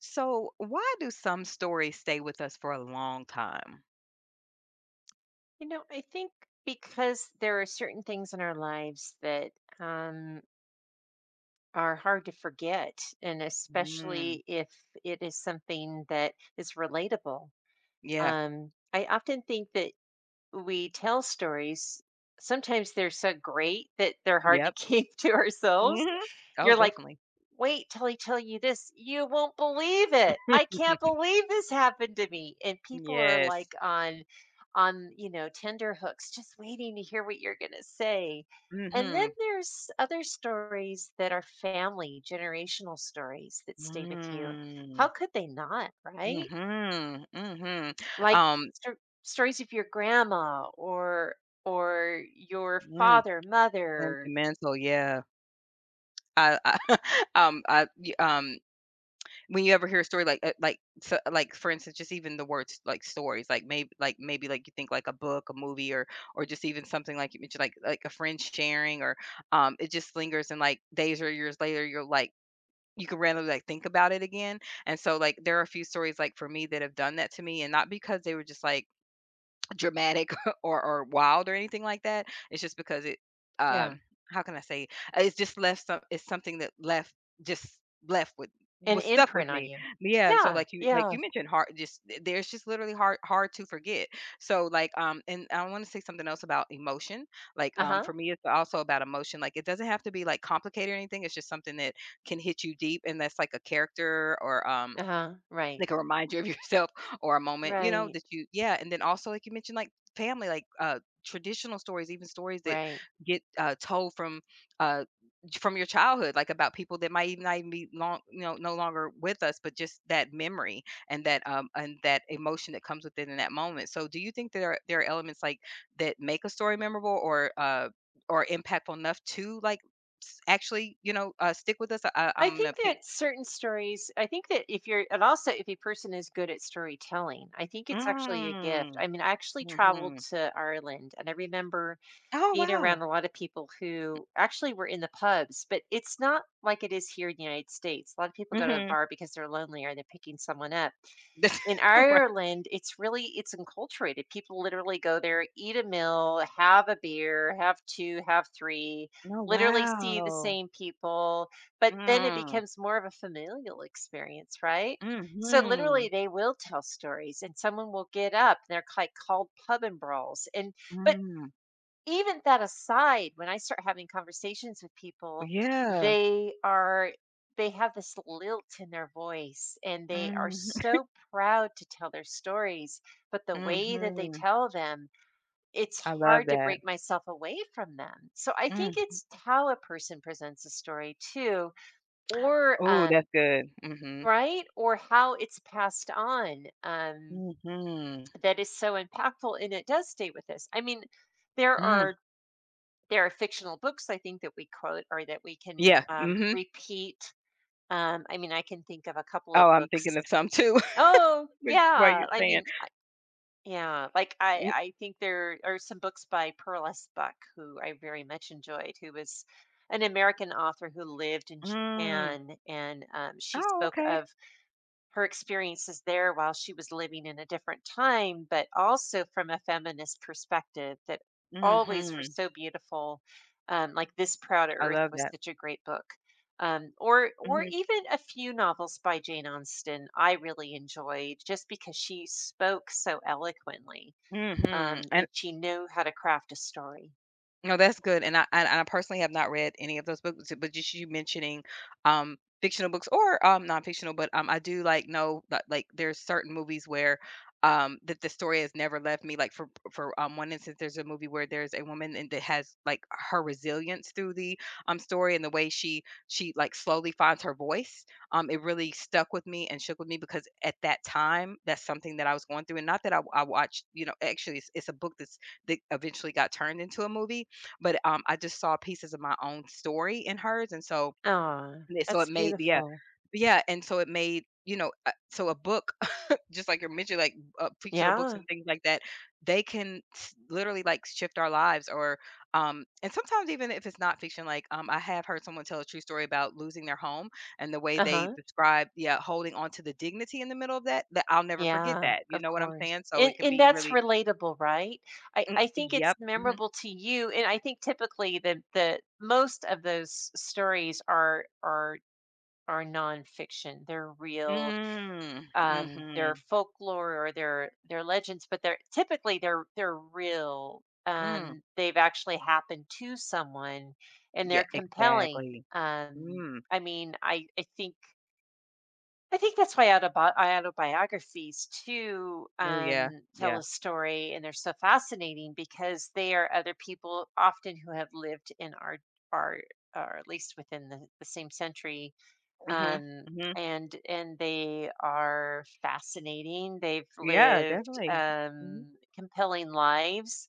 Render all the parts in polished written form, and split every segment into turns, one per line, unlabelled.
So, why do some stories stay with us for a long time?
I think because there are certain things in our lives that um, are hard to forget, and
Mm,
especially if it is something that is relatable.
yeah.
I often think that we tell stories. Sometimes they're so great that they're hard to
Yep.
keep to ourselves.
Hmm. Oh,
You're like,
definitely.
wait till I tell you this. You won't believe it. I can't believe this happened to me. And people are
Yes.
like on, tender hooks, just waiting to hear what you're gonna say. And then
Hmm.
there's other stories that are family, generational stories that stay with you. How
Mm.
could they not, right?
Hmm, hmm.
Like
Um,
stor- stories of your grandma or your
mm,
father, mother,
Sentimental. Yeah. I um I y- um when you ever hear a story like, for instance just even the words like stories like, you think like a book, a movie, or just even something like you mentioned, like a friend sharing, or it just lingers and like days or years later you're like, you can randomly like think about it again. And so like there are a few stories like, for me, that have done that to me, and not because they were just like dramatic or wild or anything like that. It's just because it,
yeah,
um how can I say, it's just left some, it's something that left, just left with,
an
was stuck with
imprint on
me.
you.
Yeah, and so
Yeah,
like you, like
yeah.
you mentioned, hard, just there's just literally hard to forget. So like and I want to say something else about emotion. Like
Uh huh.
for me it's also about emotion. Like it doesn't have to be like complicated or anything. It's just something that can hit you deep, and that's like a character or
Uh-huh. Right.
like a reminder of yourself or a moment, you know,
Right.
that you, yeah, and then also like you mentioned, like family, like traditional stories, even stories that
Right.
get told from uh from your childhood, like about people that might even not even be long, you know, no longer with us, but just that memory and that emotion that comes with it in that moment. So do you think that there are elements like that make a story memorable, or impactful enough to like actually, you know, stick with us? I, I-
I
I'm gonna
think
pick.
that certain stories, I think that if you're, and also if a person is good at storytelling, I think it's actually a gift.
Mm.
I mean, I actually traveled
Hmm.
to Ireland and I remember
Oh,
being around
wow.
a lot of people who actually were in the pubs, but it's not like it is here in the United States. A lot of people go to the
Mhm.
bar because they're lonely or they're picking someone up. In
Right.
Ireland, it's really it's enculturated. People literally go there, eat a meal, have a beer, have 2, have 3,
Oh,
literally see the
wow.
same people, but then it
Mm.
becomes more of a familial experience, right? So, literally,
Mhm.
they will tell stories, and someone will get up, and they're, like, called pub and brawls, and but
Mm.
even that aside, when I start having conversations with people,
Yeah.
they are they have this lilt in their voice and they are
Mm.
so proud to tell their stories, but the
Mhm.
way that they
Mhm.
tell them, it's
I love
hard to
that.
break myself away from them. So I think
Mm.
it's how a person presents a story too, or
Oh, that's good. Mhm.
right or how it's passed on
Mhm.
that is so impactful and it does stay with us. I mean, there
Mm.
are there are fictional books I think that we quote or that we can
Yeah. Mm. Mhm.
repeat. I mean, I can think of a couple of
Oh, I'm thinking
books.
of some too
Oh,
with what
yeah.
you're
I
saying.
mean, I yeah, like, I
Mm.
I think there are some books by Pearl S. Buck, who I very much enjoyed, who was an American author who lived in
Mm.
Japan, and, she
Oh,
spoke
okay.
of her experiences there while she was living in a different time, but also from a feminist perspective that
Mm.
always were
Mhm.
so beautiful. Like this Proud
I
Earth
love
was
that.
such a great book. Or
Mm.
even a few novels by Jane Austen I really enjoyed just because she spoke so eloquently
Mhm. Mhm. And
and she knew how to craft a story.
no, that's good, and I personally have not read any of those books, but just you mentioning, fictional books, or, non-fictional, but, I do, like, know that, like, there's certain movies where, that the story has never left me, like, for one instance, there's a movie where there's a woman and that has, like, her resilience through the, story and the way she, like, slowly finds her voice, it really stuck with me and shook with me because at that time, that's something that I was going through, and not that I watched, you know, actually, it's a book that's that eventually got turned into a movie, but, I just saw pieces of my own story in hers, and so
Ah,
and it so it
that's
made, yeah.
beautiful.
Yeah, and so it made, you know, so a book, just like you're mentioning, like, fictional books
Yeah.
and things like that, they can s literally, like, shift our lives, or, and sometimes even if it's not fiction, like, I have heard someone tell a true story about losing their home, and the way
Uh
they
huh.
described, yeah, holding on to the dignity in the middle of that, that I'll never forget
Yeah,
that, you
of
know what I'm
course.
saying? So
And
it can
and
be
that's
really,
relatable, right? I
mm,
I think it's
yep, mhm.
memorable to you and I think typically the most of those stories are are nonfiction. They're real.
Mm,
They're
mhm,
folklore or they're legends, but they're typically they're real.
mm.
They've actually happened to someone and
Yeah,
they're compelling.
exactly. Mm.
I mean, I think that's why autobiographies too,
Oh, yeah,
tell
yeah.
a story, and they're so fascinating because they are other people often who have lived in our or at least within the same century.
Mhm.
Um,
Mhm.
and they are fascinating. They've
Yeah,
lived
definitely. Mhm.
compelling lives.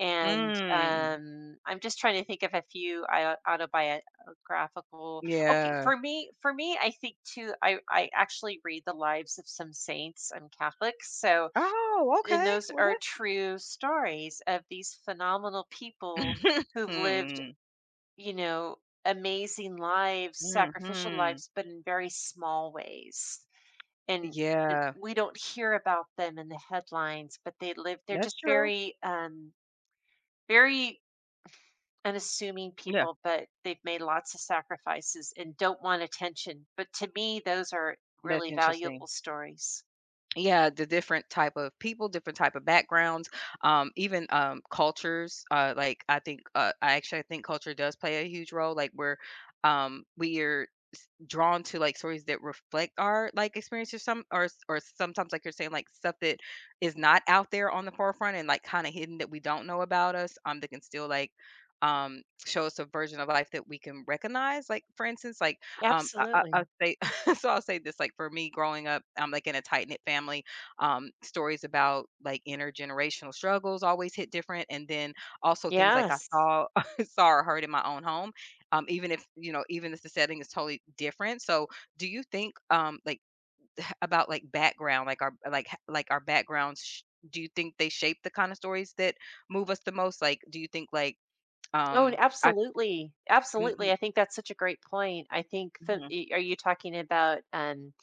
And
Mm.
I'm just trying to think of a few autobiographical. Okay,
Yeah.
for me, I think too. I actually read the lives of some saints. I'm Catholic, so
Oh,
and
okay.
those
Well,
are
that,
true stories of these phenomenal people who've lived,
mm.
you know, amazing lives, sacrificial
Mhm.
lives, but in very small ways. And and
Yeah,
we don't hear about them in the headlines, but they live. They're
that's
just
true.
very very unassuming
Yeah,
people, but they've made lots of sacrifices and don't want attention. But to me, those are
that's
really valuable
interesting.
stories.
Yeah, the different type of people, different type of backgrounds, even, cultures, like, I think, I think culture does play a huge role, like, we're drawn to, like, stories that reflect our, like, experiences, some, or sometimes, like you're saying, like, stuff that is not out there on the forefront and, like, kinda hidden that we don't know about us, that can still, like, show us a version of life that we can recognize. Like, for instance, like, I'll
Absolutely.
say so I'll say this, like, for me growing up, I'm, like, in a tight-knit family, stories about, like, intergenerational struggles always hit different, and then also things like I
Yes.
saw saw or heard in my own home, even if, you know, even if the setting is totally different. So do you think like about like background, like our, like our backgrounds do you think they shape the kind of stories that move us the most? Like do you think like
Oh, and
I
absolutely. Absolutely.
Mhm,
I think that's such a great point. I think,
mhm.
are you talking about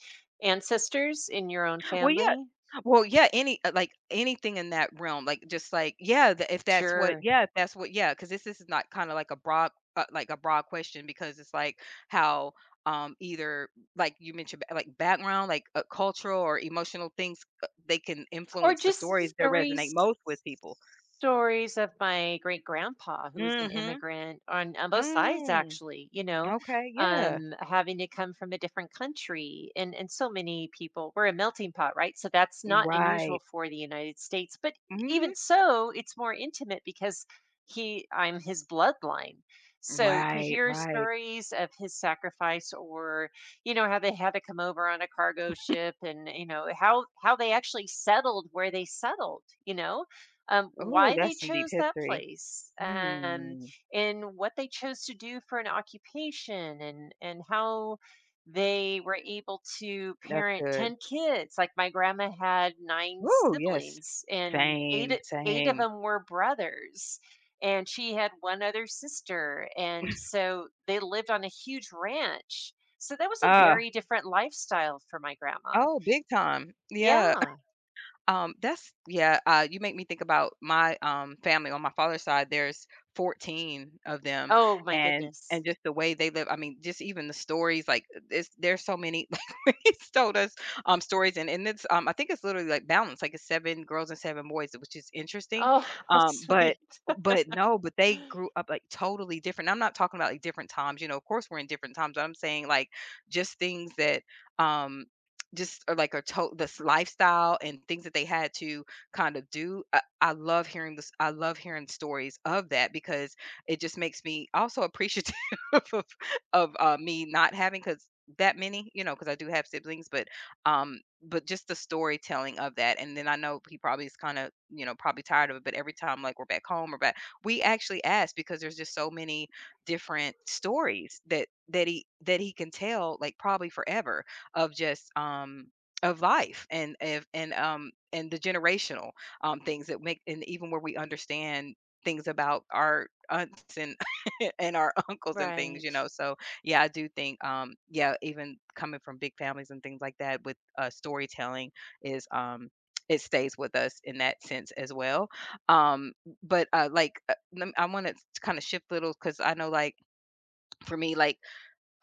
ancestors in your own
Well, yeah.
family?
Well, yeah, any like anything in that realm, like just like, yeah, if that's what,
Sure.
yeah, if that's what, yeah, because this is not kind of like a broad, a broad question because it's like how either, like you mentioned like background, like cultural or emotional things, they can
Or
influence the
just
stories that resonate most with people.
stories of my great grandpa who was an
Mm-hmm.
immigrant on both sides
Mm.
actually,
Okay. Yeah.
having to come from a different country and so many people. We're a melting pot, right? So that's not unusual
Right.
for the United States, but e, even
Mm-hmm.
so, it's more intimate because he I'm his bloodline. So to
Right.
hear
Right.
stories of his sacrifice or how they had to come over on a cargo ship and, how they actually settled where they settled,
Oh,
why they
that's some deep
chose that
history.
place,
Mm.
and what they chose to do for an occupation and how they were able to
That's
parent
good.
10 kids. Like my grandma had nine
Woo, yes.
siblings and
Same,
eight of
same.
them were brothers and she had one other sister and so they lived on a huge ranch, so that was a
Uh,
very different lifestyle for my grandma.
oh, big time. Yeah.
Yeah.
That's, yeah, you make me think about my, family on my father's side, there's 14 of them,
Oh my goodness.
and just the way they live, I mean, just even the stories, like, it's there's so many, like, he's told us, stories, and it's, I think it's literally, like, balanced, like, it's seven girls and seven boys, which is interesting,
Oh, how
um, but
sweet.
but no, but they grew up, like, totally different. I'm not talking about, like, different times, you know, of course, we're in different times, but I'm saying, like, just things that, um just or like a to this lifestyle and things that they had to kind of do. I love hearing this. I love hearing stories of that because it just makes me also appreciative of, of me not having, because that many, you know, because I do have siblings, but just the storytelling of that. And then I know he probably is kind of, you know, probably tired of it. But every time like we're back home or back, we actually ask because there's just so many different stories that that he can tell, like, probably forever. Of just of life, and if and and the generational things that make, and even where we understand things about our aunts and and our uncles and things,
Right.
you know. So yeah, I do think yeah, even coming from big families and things like that, with storytelling is it stays with us in that sense as well. um but I want to kind of shift little because I know like, for me like,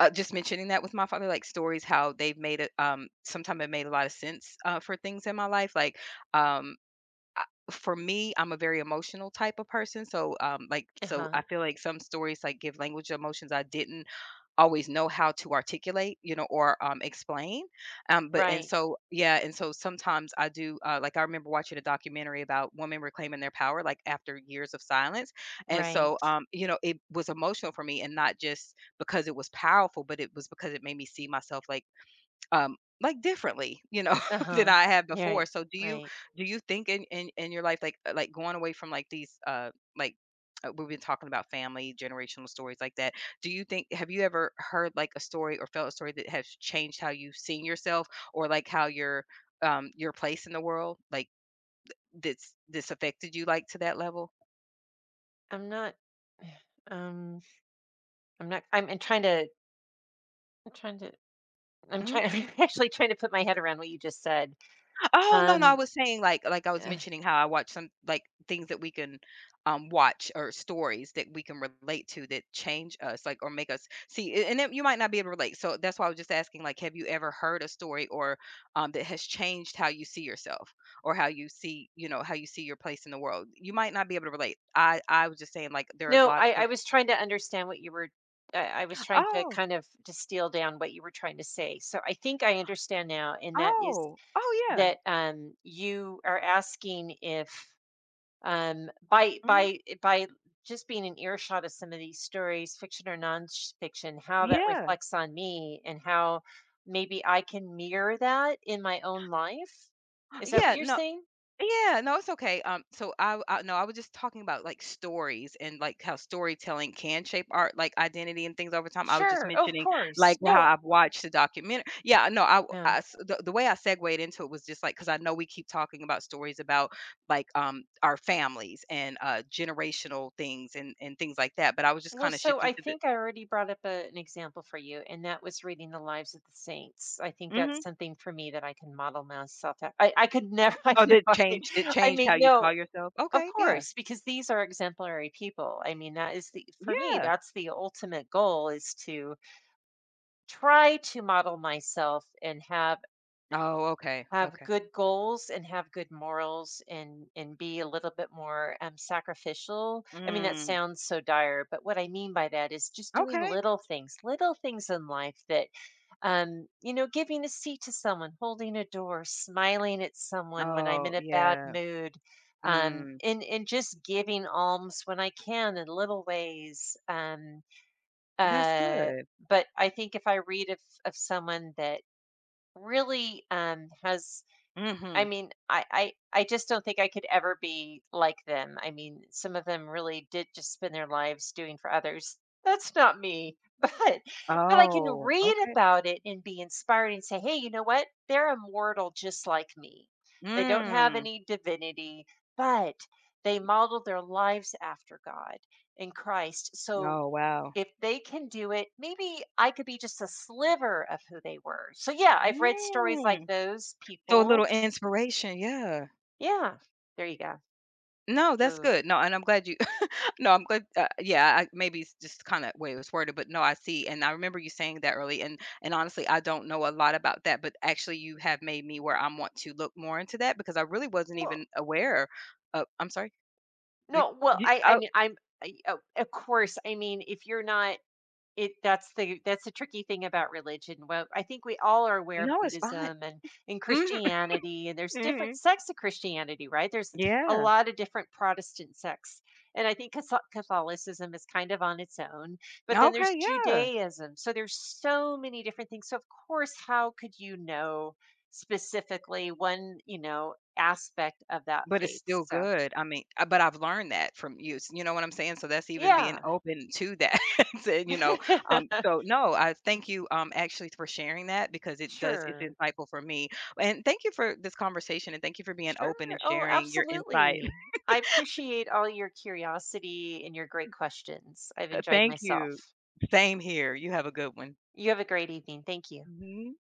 just mentioning that with my father, like stories, how they've made it, sometimes it made a lot of sense, for things in my life. Like, um, I for me, I'm a very emotional type of person. So, like, so
Uh-huh.
I feel like some stories like give language to emotions I didn't always know how to articulate, you know, or explain. But, and
Right.
so, yeah, and so sometimes I do. Like I remember watching a documentary about women reclaiming their power, like after years of silence. And
Right.
so, you know, it was emotional for me, and not just because it was powerful, but it was because it made me see myself like, like differently, you know, than
Uh-huh.
I have
Yeah.
before.
Right.
So do you,
Right.
do you think in your life, like, like going away from like these like we've been talking about family generational stories like that. Do you think, have you ever heard like a story or felt a story that has changed how you've seen yourself, or like how your place in the world, like that's this affected you like to that level?
I'm not um I'm trying to I'm trying to I'm
Mm-hmm.
trying I'm actually trying to put my head around what you just said.
Oh, no, no, I
Um
was saying, like, I was
uh,
mentioning how I watch some, like, things that we can, watch or stories that we can relate to that change us, like, or make us see a, and then you might not be able to relate, so that's why I was just asking, like, have you ever heard a story, or, that has changed how you see yourself, or how you see, you know, how you see your place in the world? You might not be able to relate. I was just saying, like, there are
no,
lots
I
of.
was trying to understand what you were I was trying to
Oh,
kind of distill down what you were trying to say. So I think I understand now and that is
oh, oh, yeah.
that you are asking if
Mhm.
by just being an earshot of some of these stories, fiction or nonfiction, how that
Yeah.
reflects on me and how maybe I can mirror that in my own life. Is that what
Yeah,
you're
no.
saying?
Yeah, no, it's okay. So I no, I was just talking about like stories and like how storytelling can shape art, like identity, and things over time. I was just
Sure, of
mentioning
course.
like how
No,
I've watched the documentary. Yeah, no, I,
yeah.
I s- the, the way I segued into it was just like because I know we keep talking about stories about like our families and generational things and things like that. But I was just
Well,
kind of
so
shifting
I
to the,
think I already brought up an example for you, and that was reading the lives of the saints. I think
mm-hmm.
that's something for me that I can model myself. I could never. I
Oh,
know.
that changed, it
I
changed how
mean,
you saw
no.
yourself.
Of
Okay, yeah,
course, because these are exemplary people. I mean, that is the for me,
yeah.
that's the ultimate goal is to try to model myself and
Oh, okay,
have
okay.
good goals and have good morals and be a little bit more sacrificial. I mean, that
Mm,
sounds so dire, but what I mean by that is just doing
okay.
little things in life that giving a seat to someone, holding a door, smiling at someone when I'm
Oh,
in a bad
yeah.
mood,
Mm,
and just giving alms when I can in little ways.
that's
Uh,
good.
but I think if I read of someone that really has I
Mhm.
mean, I just don't think I could ever be like them. I mean, some of them really did just spend their lives doing for others. That's not me. But I can
Oh,
read
okay.
about it and be inspired and say, hey, you know what? They're immortal just like me. They don't have
Mm.
any divinity, but they modeled their lives after God and Christ. So
Oh, wow.
if they can do it, maybe I could be just a sliver of who they were. So yeah, I've read stories like
Mm.
those
So a
people.
little inspiration, yeah.
Yeah, there you go.
No, that's
So,
good. No, and I'm glad you no, I'm glad, yeah, I, maybe it's just kinda way it was worded, but no, I see, and I remember you saying that early, and honestly, I don't know a lot about that, but actually you have made me where I want to look more into that because I really wasn't
well,
even aware of, I'm sorry? But
no, well,
you,
I
oh,
mean, I'm, I, oh, of course, I mean, if you're not, It that's the tricky thing about religion. Well, I think we all are aware of
no, it's fine.
Buddhism and Christianity, and there's different
Mhm.
sects of Christianity, right? There's a
Yeah.
lot of different Protestant sects, and I think Catholicism is kind of on its own. But then there's
Okay, yeah.
Judaism, so there's so many different things. So of course, how could you know specifically one aspect of that
But it's
faith?
still
So
good. I mean, but I've learned that from you. You know what I'm saying? So that's even being
yeah,
open to that. To, you know, so no, I thank you, actually, for sharing that because it does, it's
sure.
insightful for me. And thank you for this conversation, and thank you for being open
Sure.
and
Oh,
sharing your insight.
absolutely. I appreciate all your curiosity and your great questions. I've enjoyed
Thank you.
myself.
Same here. You have a good one.
You have a great evening. Thank you.
Mhm.